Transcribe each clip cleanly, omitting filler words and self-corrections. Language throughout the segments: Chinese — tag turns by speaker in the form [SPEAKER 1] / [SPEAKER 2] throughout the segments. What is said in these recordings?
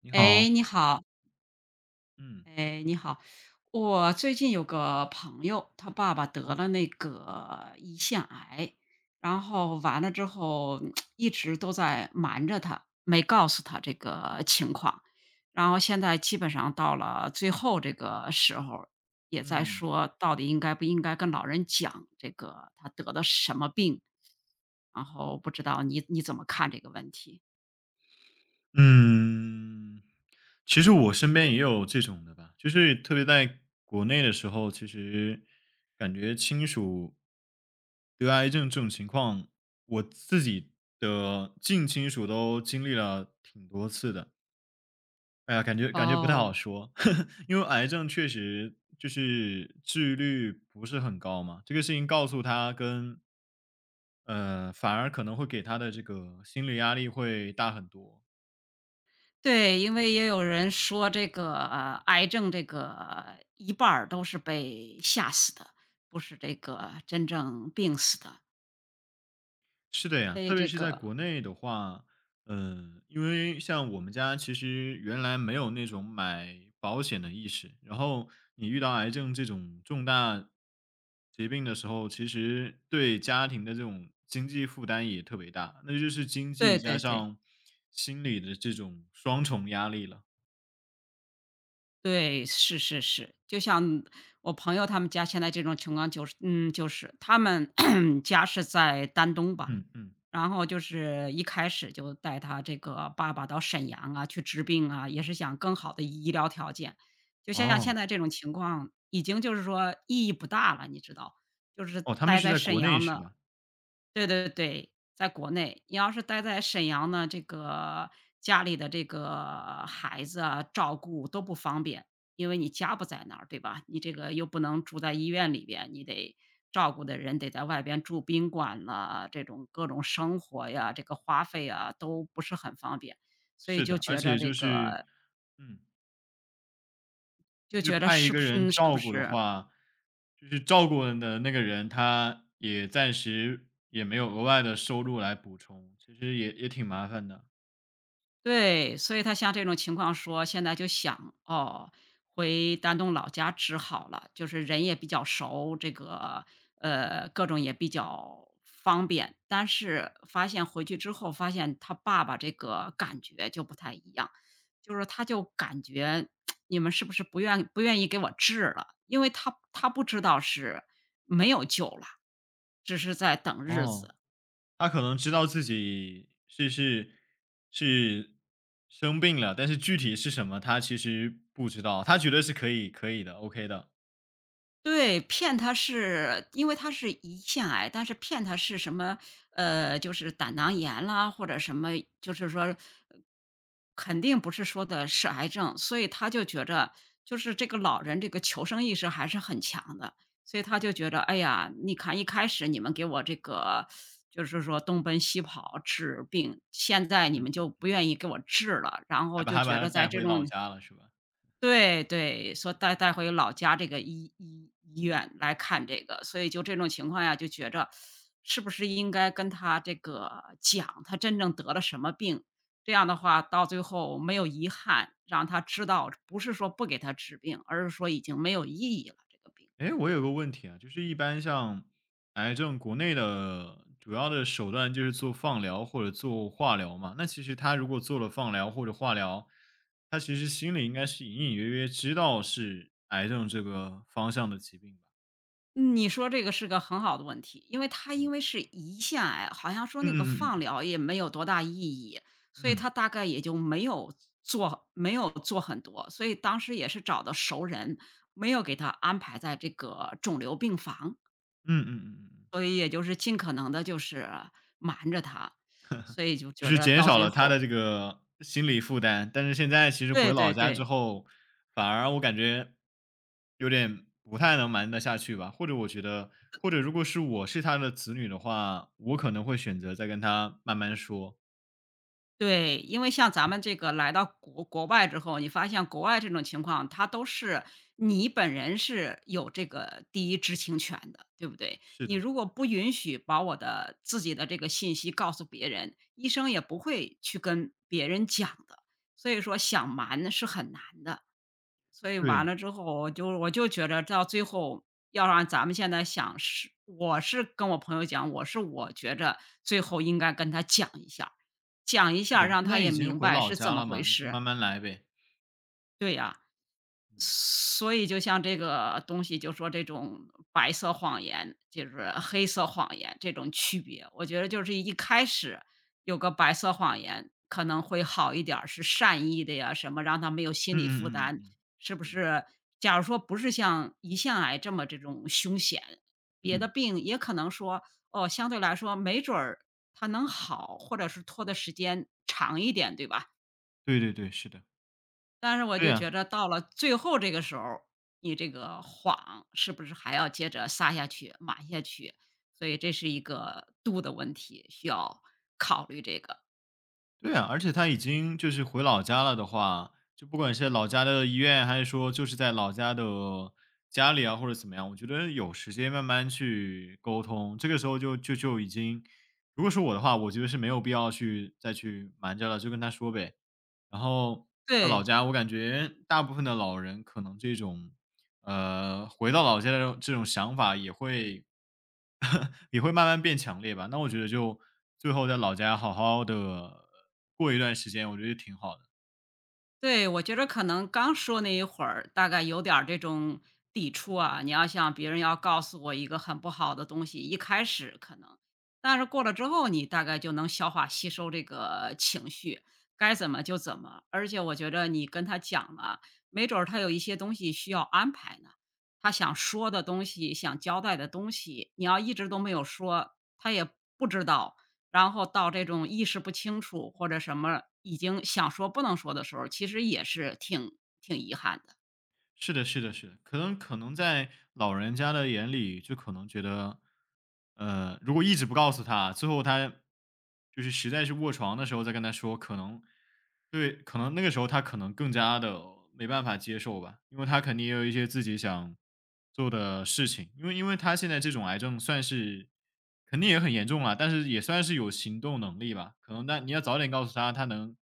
[SPEAKER 1] 你好，
[SPEAKER 2] 哎，你好。
[SPEAKER 1] 嗯，
[SPEAKER 2] 哎，你好。我最近有个朋友，他爸爸得
[SPEAKER 1] 哦，
[SPEAKER 2] 了那个胰腺癌，然
[SPEAKER 1] 哦
[SPEAKER 2] 后完了之后一直都在瞒着他，没告诉他这个情况。然后现在基本上到了最后这个时候，也在
[SPEAKER 1] 嗯
[SPEAKER 2] 说到底应该不应该跟老人讲这个他得的什么病，然后不知道你怎么看这个问题？
[SPEAKER 1] 嗯，其实我身边也有这种的吧，就是特别在国内的时候，其实感觉亲属得癌症这种情况，我自己的近亲属都经历了挺多次的。哎呀，感觉不太好
[SPEAKER 2] 哦。
[SPEAKER 1] 说，因为癌症确实就是治愈率不是很高嘛，这个事情告诉他跟反而可能会给他的这个心理压力会大很多。
[SPEAKER 2] 对，因为也有人说这个，癌症这个一半儿都是被吓死的，不是这个真正病死的，
[SPEAKER 1] 是的
[SPEAKER 2] 所
[SPEAKER 1] 呀，
[SPEAKER 2] 以
[SPEAKER 1] 特
[SPEAKER 2] 这
[SPEAKER 1] 别是在
[SPEAKER 2] 个。
[SPEAKER 1] 国内的话，嗯，因为像我们家其实原来没有那种买保险的意识，然后你遇到癌症这种重大疾病的时候，其实对家庭的这种经济负担也特别大，那就是经
[SPEAKER 2] 对
[SPEAKER 1] 济加
[SPEAKER 2] 对对。
[SPEAKER 1] 上心理的这种双重压力了。
[SPEAKER 2] 对，是是是，就像我朋友他们家现在这种情况就是他们 家是在丹东吧。
[SPEAKER 1] 嗯嗯，
[SPEAKER 2] 然后就是一开始就带他这个爸爸到沈阳啊去治病啊，也是想更好的医疗条件。就像现
[SPEAKER 1] 哦，
[SPEAKER 2] 在这种情况，已经就是说意义不大了，你知道，就是
[SPEAKER 1] 哦，他们
[SPEAKER 2] 待
[SPEAKER 1] 是
[SPEAKER 2] 在
[SPEAKER 1] 在
[SPEAKER 2] 沈
[SPEAKER 1] 国内
[SPEAKER 2] 阳
[SPEAKER 1] 是
[SPEAKER 2] 呢。
[SPEAKER 1] 吧？
[SPEAKER 2] 对对对，在国内，你要是待在沈阳呢，这个家里的这个孩子啊，照顾都不方便，因为你家不在那儿，对吧？你这个又不能住在医院里边，你得照顾的人得在外边住宾馆呐，这种各种生活呀，这个花费啊，都不是很方便，所以
[SPEAKER 1] 是
[SPEAKER 2] 就
[SPEAKER 1] 的，而
[SPEAKER 2] 觉着
[SPEAKER 1] 且
[SPEAKER 2] 这
[SPEAKER 1] 就是
[SPEAKER 2] 个，
[SPEAKER 1] 嗯，
[SPEAKER 2] 就
[SPEAKER 1] 就是
[SPEAKER 2] 觉着
[SPEAKER 1] 派一
[SPEAKER 2] 是不
[SPEAKER 1] 个人
[SPEAKER 2] 是是不
[SPEAKER 1] 照顾的
[SPEAKER 2] 是
[SPEAKER 1] 话，就是照顾的那个人，他也暂时也没有额外的收入来补充，其实也挺麻烦的。
[SPEAKER 2] 对，所以他像这种情况说，现在就想，哦，回丹东老家治好了，就是人也比较熟，这个，各种也比较方便。但是发现回去之后，发现他爸爸这个感觉就不太一样，就是他就感觉你们是不是不愿意给我治了？因为他不知道是没有救了，只是在等日
[SPEAKER 1] 哦，
[SPEAKER 2] 子。
[SPEAKER 1] 他可能知道自己是生病了，但是具体是什么，他其实不知道，他觉得是可以的，OK 的。
[SPEAKER 2] 对，骗他是因为他是胰腺癌，但是骗他是什么，就是胆囊炎啦，或者什么，就是说，肯定不是说的是癌症，所以他就觉着，就是这个老人这个求生意识还是很强的，所以他就觉着，哎呀，你看一开始你们给我这个，就是说东奔西跑治病，现在你
[SPEAKER 1] 嗯
[SPEAKER 2] 们就
[SPEAKER 1] 嗯，
[SPEAKER 2] 不愿意给我治了，然
[SPEAKER 1] 还
[SPEAKER 2] 后
[SPEAKER 1] 把
[SPEAKER 2] 就
[SPEAKER 1] 还
[SPEAKER 2] 觉
[SPEAKER 1] 把他
[SPEAKER 2] 着在
[SPEAKER 1] 带
[SPEAKER 2] 这
[SPEAKER 1] 回老
[SPEAKER 2] 种。
[SPEAKER 1] 家了，是吧？
[SPEAKER 2] 对对，说带回老家这个医院来看这个，所以就这种情况下就觉着，是不是应该跟他这个讲他真正得了什么病？这样的话到最后没有遗憾，让他知道不是说不给他治病，而是说已经没有意义了，这个病。
[SPEAKER 1] 哎，我有个问题啊，就是一般像癌症，国内的主要的手段就是做放疗或者做化疗嘛。那其实他如果做了放疗或者化疗，他其实心里应该是隐隐约约知道是癌症这个方向的疾病吧？
[SPEAKER 2] 你说这个是个很好的问题，因为他因
[SPEAKER 1] 嗯
[SPEAKER 2] 为是胰腺癌，好像说
[SPEAKER 1] 嗯
[SPEAKER 2] 那个
[SPEAKER 1] 嗯
[SPEAKER 2] 放
[SPEAKER 1] 嗯
[SPEAKER 2] 疗也没有多大意义，所以
[SPEAKER 1] 嗯
[SPEAKER 2] 他
[SPEAKER 1] 嗯
[SPEAKER 2] 大概也就没有做很多，所以当时也是找的熟人，没有给他安排在这个肿瘤病房，
[SPEAKER 1] 嗯嗯嗯嗯。
[SPEAKER 2] 所以也就是尽可能的，就是瞒着他，所以就
[SPEAKER 1] 就
[SPEAKER 2] 觉
[SPEAKER 1] 是
[SPEAKER 2] 着
[SPEAKER 1] 减
[SPEAKER 2] 到
[SPEAKER 1] 少
[SPEAKER 2] 最
[SPEAKER 1] 了他
[SPEAKER 2] 后。
[SPEAKER 1] 的这个心理负担，但是现在其实
[SPEAKER 2] 对
[SPEAKER 1] 回老
[SPEAKER 2] 对
[SPEAKER 1] 家之
[SPEAKER 2] 对。
[SPEAKER 1] 后，反而我感觉有点不太能瞒得下去吧。或者我觉得，或者如果是我是他的子女的话，我可能会选择再跟他慢慢说。
[SPEAKER 2] 对，因为像咱们这个来到国外之后，你发现国外这种情况，它都是你本人是有这个第一知情权的，对不对？
[SPEAKER 1] 是
[SPEAKER 2] 你
[SPEAKER 1] 的，是
[SPEAKER 2] 如果不允许把我的自己的这个信息告诉别人，医生也不会去跟别人讲的。所以说想瞒是很难的。所以完
[SPEAKER 1] 对，
[SPEAKER 2] 了之后，我就觉着到最后，要让咱们现在想是我是跟我朋友讲，我觉着最后应该跟他讲一下儿讲一
[SPEAKER 1] 是
[SPEAKER 2] 下儿
[SPEAKER 1] 的，
[SPEAKER 2] 让
[SPEAKER 1] 现
[SPEAKER 2] 他
[SPEAKER 1] 在
[SPEAKER 2] 也
[SPEAKER 1] 已经
[SPEAKER 2] 明
[SPEAKER 1] 回
[SPEAKER 2] 白
[SPEAKER 1] 老
[SPEAKER 2] 是
[SPEAKER 1] 家
[SPEAKER 2] 怎么
[SPEAKER 1] 了
[SPEAKER 2] 回
[SPEAKER 1] 嘛，你就
[SPEAKER 2] 事。
[SPEAKER 1] 慢慢来呗。
[SPEAKER 2] 对呀。所以就像这个东西，就说这种白色谎言，就是黑色谎言这种区别，我觉得就是一开始有个白色谎言可能会好一点儿是善意的呀，什么让他没有
[SPEAKER 1] 嗯嗯
[SPEAKER 2] 心理负
[SPEAKER 1] 嗯嗯
[SPEAKER 2] 担，
[SPEAKER 1] 嗯，
[SPEAKER 2] 是不
[SPEAKER 1] 对，
[SPEAKER 2] 是？假如说不是像胰腺癌这么这种凶险，别的
[SPEAKER 1] 嗯，
[SPEAKER 2] 病也可能说，哦，相对来说没准儿它能好，或者是拖的时间长一点，对吧？
[SPEAKER 1] 对对对，是的，
[SPEAKER 2] 但是我
[SPEAKER 1] 对
[SPEAKER 2] 就觉
[SPEAKER 1] 呀。
[SPEAKER 2] 着到了最后这个时候儿，你这个谎是不是还要接着撒下去、瞒下去？所以这是一个度的问题，需要考虑这个。
[SPEAKER 1] 对啊，而且他已经就是回老家了的话，就不管是老家的医院，还是说就是在老家的家里啊，或者怎么样，我觉得有时间慢慢去沟通。这个时候就已经，如果是我的话，我觉得是没有必要去再去瞒着了，就跟他说呗。然后在老
[SPEAKER 2] 对。
[SPEAKER 1] 家，我感觉大部分的老人可能这种，回到老家的这种想法也会 也会慢慢变强烈吧。那我觉得就最后在老家好好的过一段时间，我觉得挺好的。
[SPEAKER 2] 对，我觉得可能刚说那一会儿，大概有点儿这种抵触啊。你要像别人要告诉我一个很不好的东西，一开始可能，但是过了之后，你大概就能消化吸收这个情绪，该怎么就怎么。而且我觉着你跟他讲了，没准儿他有一些东西需要安排呢，他想说的东西、想交代的东西，你要一直都没有说，他也不知道。然后到这种意识不清楚或者什么已经想说不能说的时候，其实也是挺遗憾的。
[SPEAKER 1] 是的，是的，是的，可能在老人家的眼里，就可能觉得，如果一直不告诉他，最后他就是实在是卧床的时候再跟他说，可能对，可能那个时候他可能更加的没办法接受吧，因为他肯定也有一些自己想做的事情，因为他现在这种癌症算是肯定也很严重了，但是也算是有行动能力吧，可能但你要早点告诉他，他能。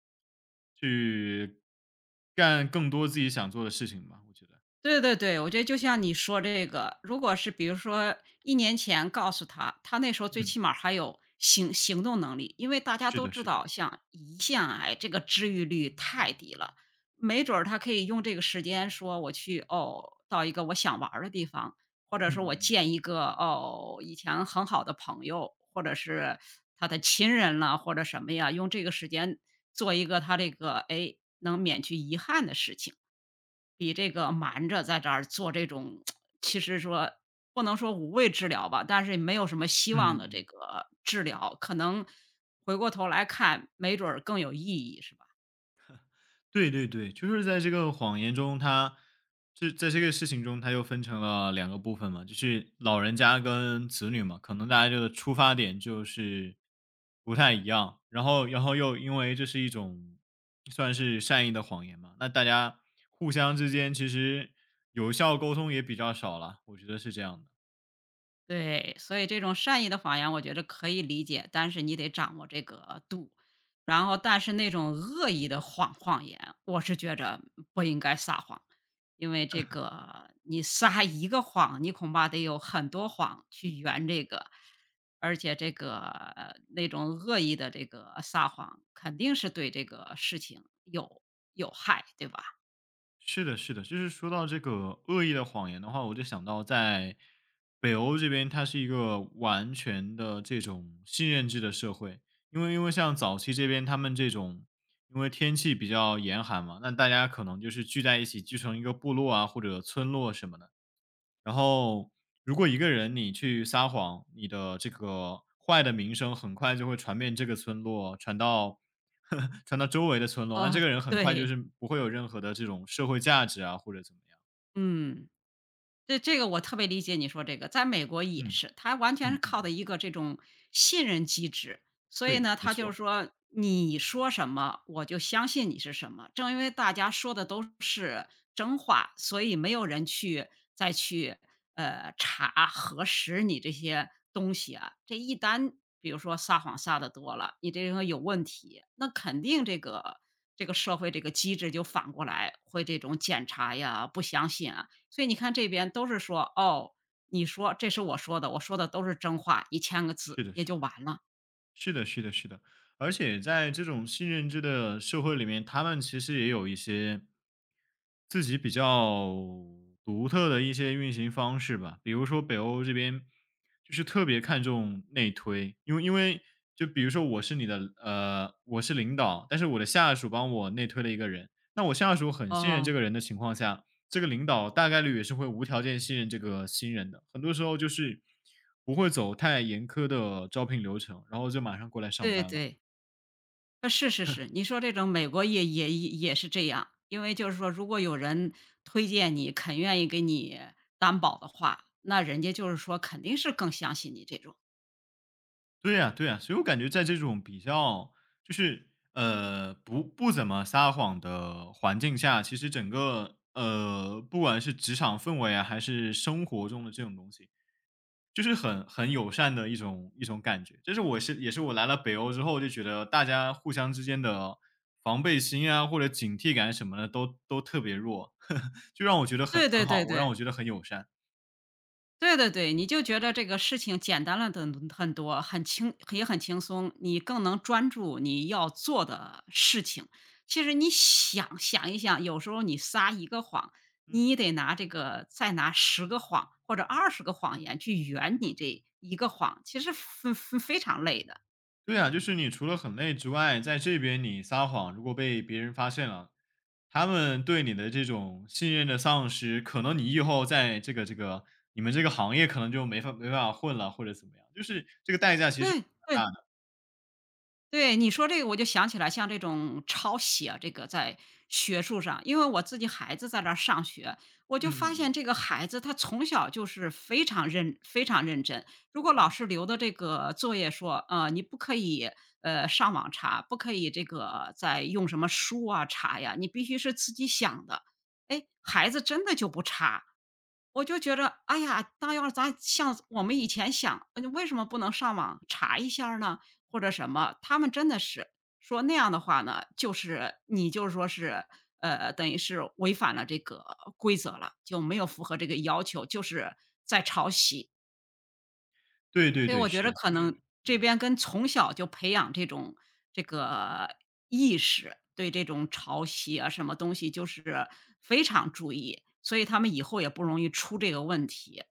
[SPEAKER 1] 去干更多自己想做的事情吧，我觉得。
[SPEAKER 2] 对对对，我觉得就像你说这个，如果是比如说一年前告诉他，他那时候最
[SPEAKER 1] 嗯，
[SPEAKER 2] 起码还有行动能力。因为大家
[SPEAKER 1] 是
[SPEAKER 2] 都
[SPEAKER 1] 的，
[SPEAKER 2] 知
[SPEAKER 1] 是的，
[SPEAKER 2] 道，像胰腺癌这个治愈率太低了，没准儿他可以用这个时间说我去，哦，到一个我想玩儿的地方，或者
[SPEAKER 1] 嗯
[SPEAKER 2] 说
[SPEAKER 1] 嗯
[SPEAKER 2] 我
[SPEAKER 1] 嗯
[SPEAKER 2] 见一个，哦，以前很好的朋友，或者是他的亲人了，或者什么呀，用这个时间做一个他这个，哎，能免去遗憾的事情。比这个瞒着在这儿做这种，其实说不能说无谓治疗吧，但是也没有什么
[SPEAKER 1] 嗯
[SPEAKER 2] 希望
[SPEAKER 1] 嗯
[SPEAKER 2] 的这
[SPEAKER 1] 嗯，
[SPEAKER 2] 个治疗，可能回过头来看，没准儿更有意义，是吧？
[SPEAKER 1] 对对对，就是在这个谎言中，这在这个事情中，它又分成了两个部分嘛，就是老人家跟子女嘛，可能大家这个出发点就是不太一样，然后又因为这是一种算是善意的谎言嘛，那大家互相之间其实有效沟通也比较少了，我觉得是这样的。
[SPEAKER 2] 对，所以这种善意的谎言，我觉得可以理解，但是你得掌握这个度。然后，但是那种恶意的谎言，我是觉着不应该撒谎，因为这个你撒一个谎，你恐怕得有很多谎去圆这个，而且这个那种恶意的这个撒谎，肯定是对这个事情有害，对吧？
[SPEAKER 1] 是的，是的，就是说到这个恶意的谎言的话，我就想到在北欧这边，它是一个完全的这种信任制的社会，因为像早期这边他们这种，因为天气比较严寒嘛，那大家可能就是聚在一起，聚成一个部落啊或者村落什么的。然后如果一个人你去撒谎，你的这个坏的名声很快就会传遍这个村落，传到 传到周围的村落，那
[SPEAKER 2] 哦，
[SPEAKER 1] 这个人很快就
[SPEAKER 2] 对，
[SPEAKER 1] 是不会有任何的这种社会价值啊，或者怎么样。
[SPEAKER 2] 嗯。这个我特别理解你说这个，在美国也
[SPEAKER 1] 嗯
[SPEAKER 2] 是，它完全是
[SPEAKER 1] 嗯
[SPEAKER 2] 靠的
[SPEAKER 1] 嗯，
[SPEAKER 2] 一个这种信任机制，所以
[SPEAKER 1] 对，
[SPEAKER 2] 呢，
[SPEAKER 1] 没
[SPEAKER 2] 他就
[SPEAKER 1] 错，
[SPEAKER 2] 是说你说什么，我就相信你是什么。正因为大家说的都是真话，所以没有人去再去查核实你这些东西啊。这一旦比如说撒谎撒的多了，你这个有问题，那肯定这个社会这个机制就反过来会这种检查呀、不相信啊。所以你看这边都是说，哦，你说这是我说的，我说的都是真话你签个字
[SPEAKER 1] 是的，
[SPEAKER 2] 也
[SPEAKER 1] 是
[SPEAKER 2] 就
[SPEAKER 1] 的。
[SPEAKER 2] 完了。
[SPEAKER 1] 是的，是的，是的，而且在这种新认知的社会里面，他们其实也有一些自己比较独特的一些运行方式吧。比如说北欧这边就是特别看重内推，因为就比如说我是领导，但是我的下属帮我内推了一个人，那我下属很信任
[SPEAKER 2] 哦，
[SPEAKER 1] 这个人的情况下，这个领导大概率也是会无条件信任这个新人的。很多时候就是不会走太严苛的招聘流程，然后就马上过来上
[SPEAKER 2] 对
[SPEAKER 1] 班了。
[SPEAKER 2] 对，是是是，你说这种美国也是这样，因为就是说如果有人推荐你，肯愿意给你担保的话，那人家就是说肯定是更相信你这种。
[SPEAKER 1] 对呀，对呀，所以我感觉在这种比较就是不怎么撒谎的环境下，其实整个不管是职场氛围啊，还是生活中的这种东西，就是很友善的一种感觉。这是我是也是我来了北欧之后就觉得大家互相之间的防备心啊或者警惕感什么的都特别弱，就让我觉得很
[SPEAKER 2] 对对
[SPEAKER 1] 很
[SPEAKER 2] 对
[SPEAKER 1] 好，让
[SPEAKER 2] 对
[SPEAKER 1] 我觉得很友善。
[SPEAKER 2] 对对对，你就觉得这个事情简单了很多，很轻也很轻松，你更能专注你要做的事情。其实你想一想，有时候你撒一个谎，你得拿这个再拿十个谎或者20个谎言去圆你这一个谎，其实非常累的。
[SPEAKER 1] 对啊，就是你除了很累之外，在这边你撒谎，如果被别人发现了，他们对你的这种信任的丧失，可能你以后在这个你们这个行业可能就没办法混了，或者怎么样，就是这个代价其实
[SPEAKER 2] 对对，
[SPEAKER 1] 蛮大的。
[SPEAKER 2] 对，你说这个我就想起来，像这种抄写，这个在学术上，因为我自己孩子在这儿上学，我
[SPEAKER 1] 嗯
[SPEAKER 2] 就
[SPEAKER 1] 嗯
[SPEAKER 2] 发现
[SPEAKER 1] 嗯
[SPEAKER 2] 这个孩子他从小就是非常认真。如果老
[SPEAKER 1] 嗯，
[SPEAKER 2] 师留的这个作业说，你不可以上网查，不可以这个再用什么书啊查呀，你必须是自己想的。哎，
[SPEAKER 1] 是
[SPEAKER 2] 孩
[SPEAKER 1] 的，
[SPEAKER 2] 子真的就不查，我就觉着，哎呀，那要是咱像我们以前想，为什么不能上网查一下儿呢？或者什么，他们真的是说那样的话呢，就是你就是说是，等于是违反了这个规则了，就没有符合这个要求，就是在抄袭。
[SPEAKER 1] 对对
[SPEAKER 2] 所以
[SPEAKER 1] 对，
[SPEAKER 2] 我觉
[SPEAKER 1] 是
[SPEAKER 2] 得
[SPEAKER 1] 的，
[SPEAKER 2] 可
[SPEAKER 1] 就是
[SPEAKER 2] 能这
[SPEAKER 1] 嗯
[SPEAKER 2] 边跟从小就培养这种这个意识，对这种抄袭啊什么东西就是非常注意，所以他们以后也不容易出这个问题。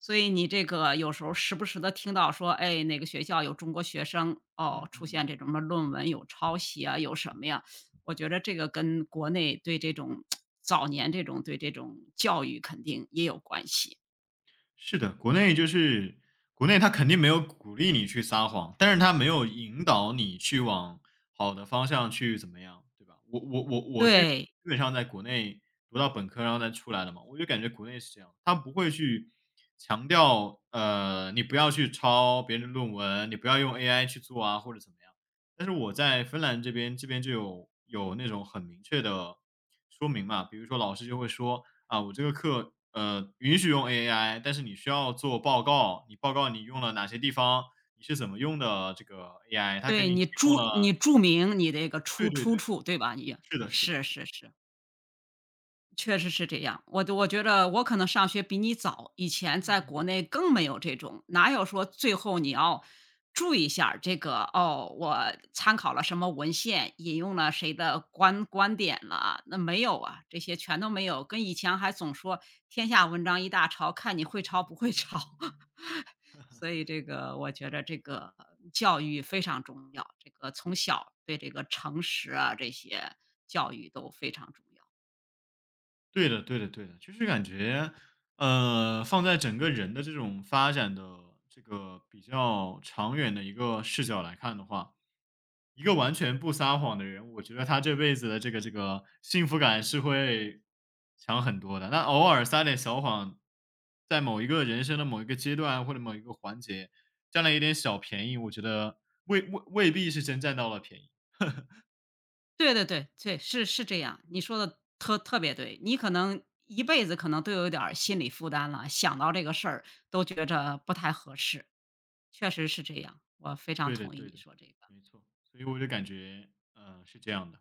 [SPEAKER 2] 所以你这个有时候时不时的听到说，哎，哪个学校有中国学生，哦，
[SPEAKER 1] 嗯嗯
[SPEAKER 2] 出现
[SPEAKER 1] 嗯。
[SPEAKER 2] 这种什么论文有抄袭啊，有什么呀，我觉得这个跟国内对这种早年这种对这种教育肯定也有关系。
[SPEAKER 1] 是的，国内就是国内，他肯定没有鼓励你去撒谎，但是他没有引导你去往好的方向去怎么样，对吧？我是
[SPEAKER 2] 对，
[SPEAKER 1] 基本上在国内读到本科，然后再出来的嘛，我就感觉国内是这样，他不会去强调，你不要去抄别人的论文，你不要用 AI 去做啊，或者怎么样。但是我在芬兰这边，这边就有那种很明确的说明嘛，比如说老师就会说，啊，我这个课，允许用 AI,但是你需要做报告，你报告你用了哪些地方，你是怎么用的这个 AI,它给
[SPEAKER 2] 对，
[SPEAKER 1] 你
[SPEAKER 2] 你
[SPEAKER 1] 提
[SPEAKER 2] 注
[SPEAKER 1] 供
[SPEAKER 2] 你
[SPEAKER 1] 了
[SPEAKER 2] 注明你这个
[SPEAKER 1] 对
[SPEAKER 2] 出
[SPEAKER 1] 对
[SPEAKER 2] 出
[SPEAKER 1] 对，
[SPEAKER 2] 处，对吧？你
[SPEAKER 1] 是的是的
[SPEAKER 2] 是
[SPEAKER 1] 是的，
[SPEAKER 2] 是是。确实是这样，我觉得我可能上学比你早，以前在
[SPEAKER 1] 嗯
[SPEAKER 2] 国
[SPEAKER 1] 嗯。
[SPEAKER 2] 内更没有这种，哪有说最后你要注意一下儿这个，哦，我参考了什么文献，引用了谁的观点了，那没有啊，这些全都没有。跟以前还总说天下文章一大抄，看你会抄不会抄。所以这个我觉得这个教育非常重要，这个从小对这个诚实啊这些教育都非常重要。
[SPEAKER 1] 对的，对的，对的，就是感觉，放在整个人的这种发展的这个比较长远的一个视角来看的话，一个完全不撒谎的人，我觉得他这辈子的这个幸福感是会强很多的。那偶尔撒点小谎，在某一个人生的某一个阶段或者某一个环节，占了一点小便宜，我觉得未必是真占到了便宜。
[SPEAKER 2] 对对对对，是是这样，你说的特别对。你可能一辈子可能都有点儿心理负担了，想到这个事儿都觉着不太合适，确实是这样，我非常
[SPEAKER 1] 对的，
[SPEAKER 2] 同意
[SPEAKER 1] 对
[SPEAKER 2] 你
[SPEAKER 1] 的，
[SPEAKER 2] 说这个。
[SPEAKER 1] 没错。所以我就感觉，是这样的。